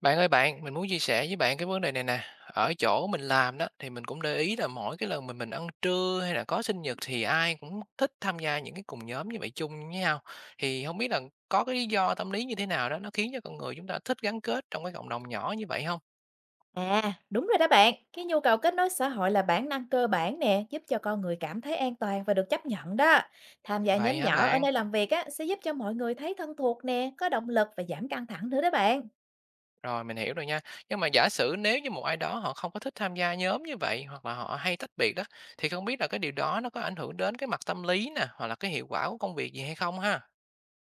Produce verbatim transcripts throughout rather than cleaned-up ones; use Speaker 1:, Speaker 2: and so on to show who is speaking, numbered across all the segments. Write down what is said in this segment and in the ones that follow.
Speaker 1: Bạn ơi bạn, mình muốn chia sẻ với bạn cái vấn đề này nè. Ở chỗ mình làm đó thì mình cũng để ý là mỗi cái lần mình mình ăn trưa hay là có sinh nhật thì ai cũng thích tham gia những cái cùng nhóm như vậy chung với nhau. Thì không biết là có cái lý do tâm lý như thế nào đó nó khiến cho con người chúng ta thích gắn kết trong cái cộng đồng nhỏ như vậy không?
Speaker 2: À, đúng rồi đó bạn. Cái nhu cầu kết nối xã hội là bản năng cơ bản nè, giúp cho con người cảm thấy an toàn và được chấp nhận đó. Tham gia
Speaker 1: Vậy
Speaker 2: nhóm
Speaker 1: hả
Speaker 2: nhỏ ở
Speaker 1: bạn?
Speaker 2: nơi làm việc á, sẽ giúp cho mọi người thấy thân thuộc nè, có động lực và giảm căng thẳng nữa đó bạn.
Speaker 1: Rồi mình hiểu rồi nha. Nhưng mà giả sử nếu như một ai đó họ không có thích tham gia nhóm như vậy hoặc là họ hay tách biệt đó, thì không biết là cái điều đó nó có ảnh hưởng đến cái mặt tâm lý nè hoặc là cái hiệu quả của công việc gì hay không ha?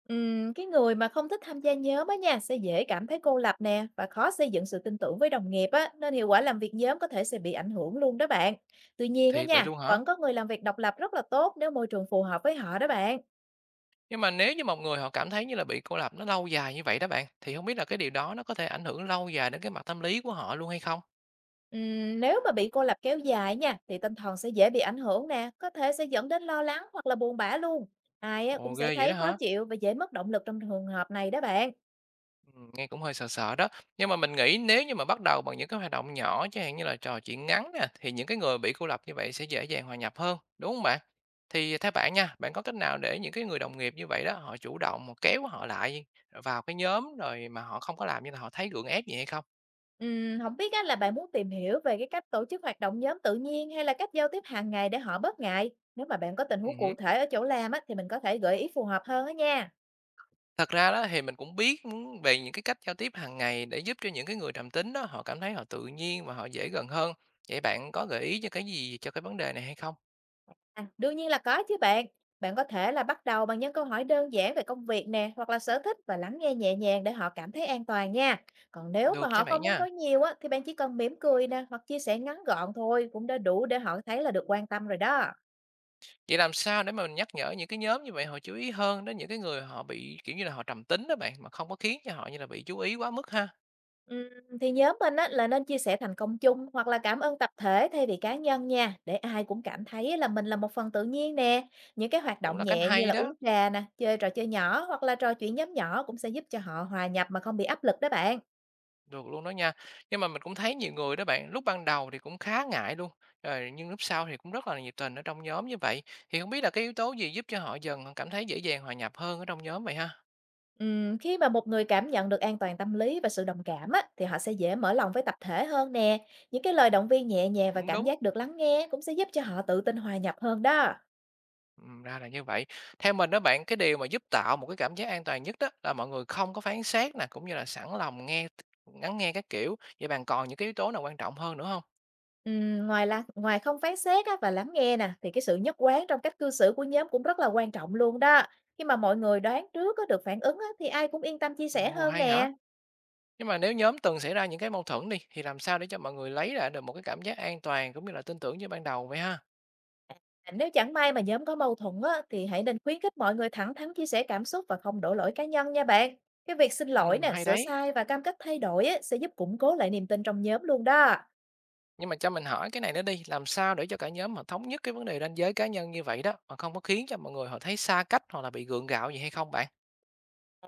Speaker 2: Ừm, cái người mà không thích tham gia nhóm á nha, sẽ dễ cảm thấy cô lập nè và khó xây dựng sự tin tưởng với đồng nghiệp á, nên hiệu quả làm việc nhóm có thể sẽ bị ảnh hưởng luôn đó bạn. Tuy nhiên á
Speaker 1: Thiệt vậy
Speaker 2: nha,
Speaker 1: luôn hả?
Speaker 2: vẫn có người làm việc độc lập rất là tốt nếu môi trường phù hợp với họ đó bạn.
Speaker 1: Nhưng mà nếu như một người họ cảm thấy như là bị cô lập nó lâu dài như vậy đó bạn, thì không biết là cái điều đó nó có thể ảnh hưởng lâu dài đến cái mặt tâm lý của họ luôn hay không?
Speaker 2: Ừm, nếu mà bị cô lập kéo dài nha, thì tinh thần sẽ dễ bị ảnh hưởng nè, có thể sẽ dẫn đến lo lắng hoặc là buồn bã luôn. Ai á,
Speaker 1: Ồ,
Speaker 2: cũng sẽ
Speaker 1: ghê vậy
Speaker 2: thấy
Speaker 1: đó
Speaker 2: khó
Speaker 1: hả?
Speaker 2: chịu và dễ mất động lực trong trường hợp này đó bạn.
Speaker 1: Ừm, nghe cũng hơi sợ sợ đó. Nhưng mà mình nghĩ nếu như mà bắt đầu bằng những cái hoạt động nhỏ, chẳng hạn như là trò chuyện ngắn nè, thì những cái người bị cô lập như vậy sẽ dễ dàng hòa nhập hơn, đúng không bạn? Thì theo bạn nha, bạn có cách nào để những cái người đồng nghiệp như vậy đó, họ chủ động mà kéo họ lại vào cái nhóm rồi mà họ không có làm như là họ thấy gượng ép gì hay không?
Speaker 2: Ừm, không biết á, là bạn muốn tìm hiểu về cái cách tổ chức hoạt động nhóm tự nhiên hay là cách giao tiếp hàng ngày để họ bớt ngại. Nếu mà bạn có tình huống cụ
Speaker 1: Ừm.
Speaker 2: thể ở chỗ làm á, thì mình có thể gợi ý phù hợp hơn á nha.
Speaker 1: Thật ra đó thì mình cũng biết, ưm, về những cái cách giao tiếp hàng ngày để giúp cho những cái người trầm tính đó, họ cảm thấy họ tự nhiên và họ dễ gần hơn. Vậy bạn có gợi ý cho cái gì cho cái vấn đề này hay không?
Speaker 2: À, đương nhiên là có chứ bạn. Bạn có thể là bắt đầu bằng những câu hỏi đơn giản về công việc nè, hoặc là sở thích, và lắng nghe nhẹ nhàng để họ cảm thấy an toàn nha. Còn nếu mà
Speaker 1: Được nha
Speaker 2: họ
Speaker 1: bạn
Speaker 2: không muốn
Speaker 1: nha.
Speaker 2: nói nhiều á, thì bạn chỉ cần mỉm cười nè, hoặc chia sẻ ngắn gọn thôi cũng đã đủ để họ thấy là được quan tâm rồi đó.
Speaker 1: Vậy làm sao để mà mình nhắc nhở những cái nhóm như vậy họ chú ý hơn đến những cái người họ bị, kiểu như là, họ trầm tính đó bạn, mà không có khiến cho họ như là bị chú ý quá mức ha?
Speaker 2: Ừm, thì nhóm mình á, là nên chia sẻ thành công chung hoặc là cảm ơn tập thể thay vì cá nhân nha, để ai cũng cảm thấy là mình là một phần tự nhiên nè. Những cái hoạt
Speaker 1: Cũng
Speaker 2: động
Speaker 1: là cách
Speaker 2: nhẹ như
Speaker 1: hay
Speaker 2: là uống
Speaker 1: đó.
Speaker 2: trà nè, chơi trò chơi nhỏ hoặc là trò chuyện nhóm nhỏ cũng sẽ giúp cho họ hòa nhập mà không bị áp lực đó bạn.
Speaker 1: Được luôn đó nha. Nhưng mà mình cũng thấy nhiều người đó bạn, lúc ban đầu thì cũng khá ngại luôn, rồi nhưng lúc sau thì cũng rất là nhiệt tình ở trong nhóm như vậy. Thì không biết là cái yếu tố gì giúp cho họ dần cảm thấy dễ dàng hòa nhập hơn ở trong nhóm vậy ha?
Speaker 2: Ừm, khi mà một người cảm nhận được an toàn tâm lý và sự đồng cảm á, thì họ sẽ dễ mở lòng với tập thể hơn nè. Những cái lời động viên nhẹ nhàng và
Speaker 1: Cũng
Speaker 2: cảm
Speaker 1: đúng.
Speaker 2: giác được lắng nghe cũng sẽ giúp cho họ tự tin hòa nhập hơn đó.
Speaker 1: Ừ, ra là như vậy. Theo mình đó bạn, cái điều mà giúp tạo một cái cảm giác an toàn nhất đó là mọi người không có phán xét nè, cũng như là sẵn lòng nghe lắng nghe các kiểu. Vậy bạn còn những cái yếu tố nào quan trọng hơn nữa không?
Speaker 2: Ừm, ngoài là ngoài không phán xét á, và lắng nghe nè, thì cái sự nhất quán trong cách cư xử của nhóm cũng rất là quan trọng luôn đó. Khi mà mọi người đoán trước có được phản ứng á, thì ai cũng yên tâm chia sẻ
Speaker 1: Ồ,
Speaker 2: hơn
Speaker 1: hay hả?
Speaker 2: nè.
Speaker 1: Nhưng mà nếu nhóm từng xảy ra những cái mâu thuẫn đi, thì làm sao để cho mọi người lấy lại được một cái cảm giác an toàn cũng như là tin tưởng như ban đầu vậy ha?
Speaker 2: À, nếu chẳng may mà nhóm có mâu thuẫn á, thì hãy nên khuyến khích mọi người thẳng thắn chia sẻ cảm xúc và không đổ lỗi cá nhân nha bạn. Cái việc xin lỗi
Speaker 1: Ừm,
Speaker 2: nè,
Speaker 1: hay
Speaker 2: sửa
Speaker 1: đấy.
Speaker 2: sai và cam kết thay đổi á, sẽ giúp củng cố lại niềm tin trong nhóm luôn đó.
Speaker 1: Nhưng mà cho mình hỏi cái này nữa đi, làm sao để cho cả nhóm họ thống nhất cái vấn đề ranh giới cá nhân như vậy đó, mà không có khiến cho mọi người họ thấy xa cách hoặc là bị gượng gạo gì hay không bạn?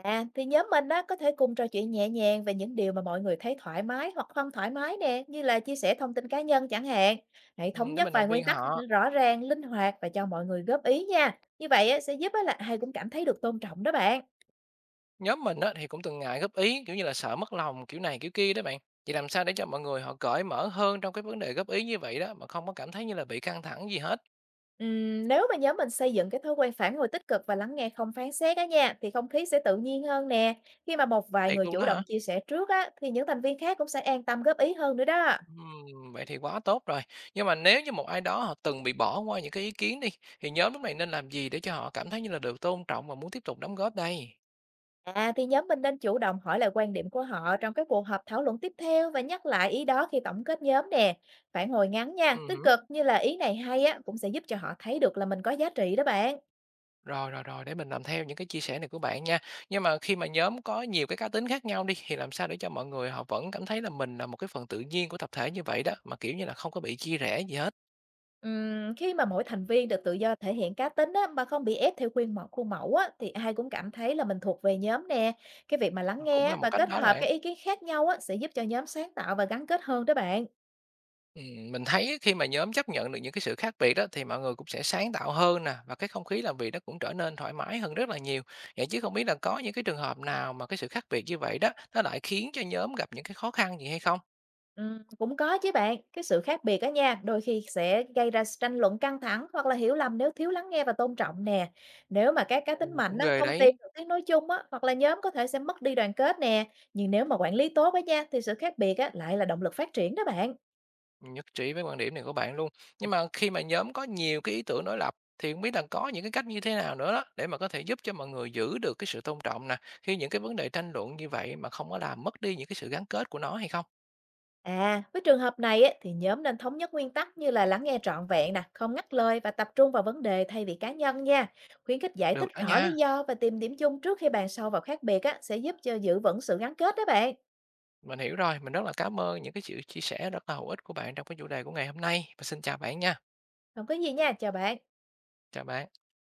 Speaker 2: À, thì nhóm mình á, có thể cùng trò chuyện nhẹ nhàng về những điều mà mọi người thấy thoải mái hoặc không thoải mái nè, như là chia sẻ thông tin cá nhân chẳng hạn. Hãy thống
Speaker 1: Ừm, để
Speaker 2: nhất
Speaker 1: mình
Speaker 2: vài
Speaker 1: động viên
Speaker 2: nguyên tắc
Speaker 1: họ.
Speaker 2: rõ ràng, linh hoạt và cho mọi người góp ý nha. Như vậy á, sẽ giúp á, là ai cũng cảm thấy được tôn trọng đó bạn.
Speaker 1: Nhóm mình á, thì cũng từng ngại góp ý, kiểu như là sợ mất lòng kiểu này kiểu kia đó bạn. Vậy làm sao để cho mọi người họ cởi mở hơn trong cái vấn đề góp ý như vậy đó mà không có cảm thấy như là bị căng thẳng gì hết?
Speaker 2: Ừm, nếu mà nhóm mình xây dựng cái thói quen phản hồi tích cực và lắng nghe không phán xét á nha, thì không khí sẽ tự nhiên hơn nè. Khi mà một vài
Speaker 1: Thiệt
Speaker 2: người
Speaker 1: luôn
Speaker 2: chủ
Speaker 1: đó
Speaker 2: động
Speaker 1: hả?
Speaker 2: chia sẻ trước á, thì những thành viên khác cũng sẽ an tâm góp ý hơn nữa đó.
Speaker 1: Ừm, vậy thì quá tốt rồi. Nhưng mà nếu như một ai đó họ từng bị bỏ qua những cái ý kiến đi, thì nhóm lúc này nên làm gì để cho họ cảm thấy như là được tôn trọng và muốn tiếp tục đóng góp đây?
Speaker 2: À, thì nhóm mình nên chủ động hỏi lại quan điểm của họ trong các cuộc họp thảo luận tiếp theo và nhắc lại ý đó khi tổng kết nhóm nè. Phản hồi ngắn nha,
Speaker 1: Ừm
Speaker 2: tích
Speaker 1: hứm.
Speaker 2: cực như là ý này hay á, cũng sẽ giúp cho họ thấy được là mình có giá trị đó bạn.
Speaker 1: Rồi, rồi, rồi, để mình làm theo những cái chia sẻ này của bạn nha. Nhưng mà khi mà nhóm có nhiều cái cá tính khác nhau đi, thì làm sao để cho mọi người họ vẫn cảm thấy là mình là một cái phần tự nhiên của tập thể như vậy đó, mà, kiểu như là, không có bị chia rẽ gì hết.
Speaker 2: Ừm, khi mà mỗi thành viên được tự do thể hiện cá tính á, mà không bị ép theo khuyên mẫu khuôn mẫu á, thì ai cũng cảm thấy là mình thuộc về nhóm nè. Cái việc mà lắng
Speaker 1: Ờ, cũng
Speaker 2: nghe
Speaker 1: là một
Speaker 2: và
Speaker 1: cách
Speaker 2: kết
Speaker 1: đó đó
Speaker 2: hợp các
Speaker 1: bạn.
Speaker 2: ý kiến khác nhau á, sẽ giúp cho nhóm sáng tạo và gắn kết hơn đó bạn.
Speaker 1: Ừm, mình thấy á khi mà nhóm chấp nhận được những cái sự khác biệt đó, thì mọi người cũng sẽ sáng tạo hơn nè, và cái không khí làm việc nó cũng trở nên thoải mái hơn rất là nhiều. Vậy chứ không biết là có những cái trường hợp nào mà cái sự khác biệt như vậy đó, nó lại khiến cho nhóm gặp những cái khó khăn gì hay không?
Speaker 2: Ừm, cũng có chứ bạn, cái sự khác biệt á nha, đôi khi sẽ gây ra tranh luận căng thẳng hoặc là hiểu lầm nếu thiếu lắng nghe và tôn trọng nè. Nếu mà các cá tính
Speaker 1: Ồ,
Speaker 2: mạnh
Speaker 1: cũng
Speaker 2: á,
Speaker 1: ghê
Speaker 2: không tìm
Speaker 1: đấy.
Speaker 2: được tiếng nói chung á, hoặc là nhóm có thể sẽ mất đi đoàn kết nè. Nhưng nếu mà quản lý tốt á nha, thì sự khác biệt á, lại là động lực phát triển đó bạn.
Speaker 1: Nhất trí với quan điểm này của bạn luôn. Nhưng mà khi mà nhóm có nhiều cái ý tưởng đối lập thì không biết là có những cái cách như thế nào nữa đó để mà có thể giúp cho mọi người giữ được cái sự tôn trọng nè khi những cái vấn đề tranh luận như vậy mà không có làm mất đi những cái sự gắn kết của nó hay không?
Speaker 2: À, với trường hợp này ấy, thì nhóm nên thống nhất nguyên tắc như là lắng nghe trọn vẹn nè, không ngắt lời và tập trung vào vấn đề thay vì cá nhân nha. Khuyến khích giải
Speaker 1: Được
Speaker 2: thích
Speaker 1: đó
Speaker 2: rõ lý
Speaker 1: nha.
Speaker 2: do và tìm điểm chung trước khi bàn sâu vào khác biệt á, sẽ giúp cho giữ vững sự gắn kết đó bạn.
Speaker 1: Mình hiểu rồi. Mình rất là cảm ơn những cái sự chia sẻ rất là hữu ích của bạn trong cái chủ đề của ngày hôm nay. Và xin chào bạn nha.
Speaker 2: Không có gì nha, chào bạn.
Speaker 1: Chào bạn.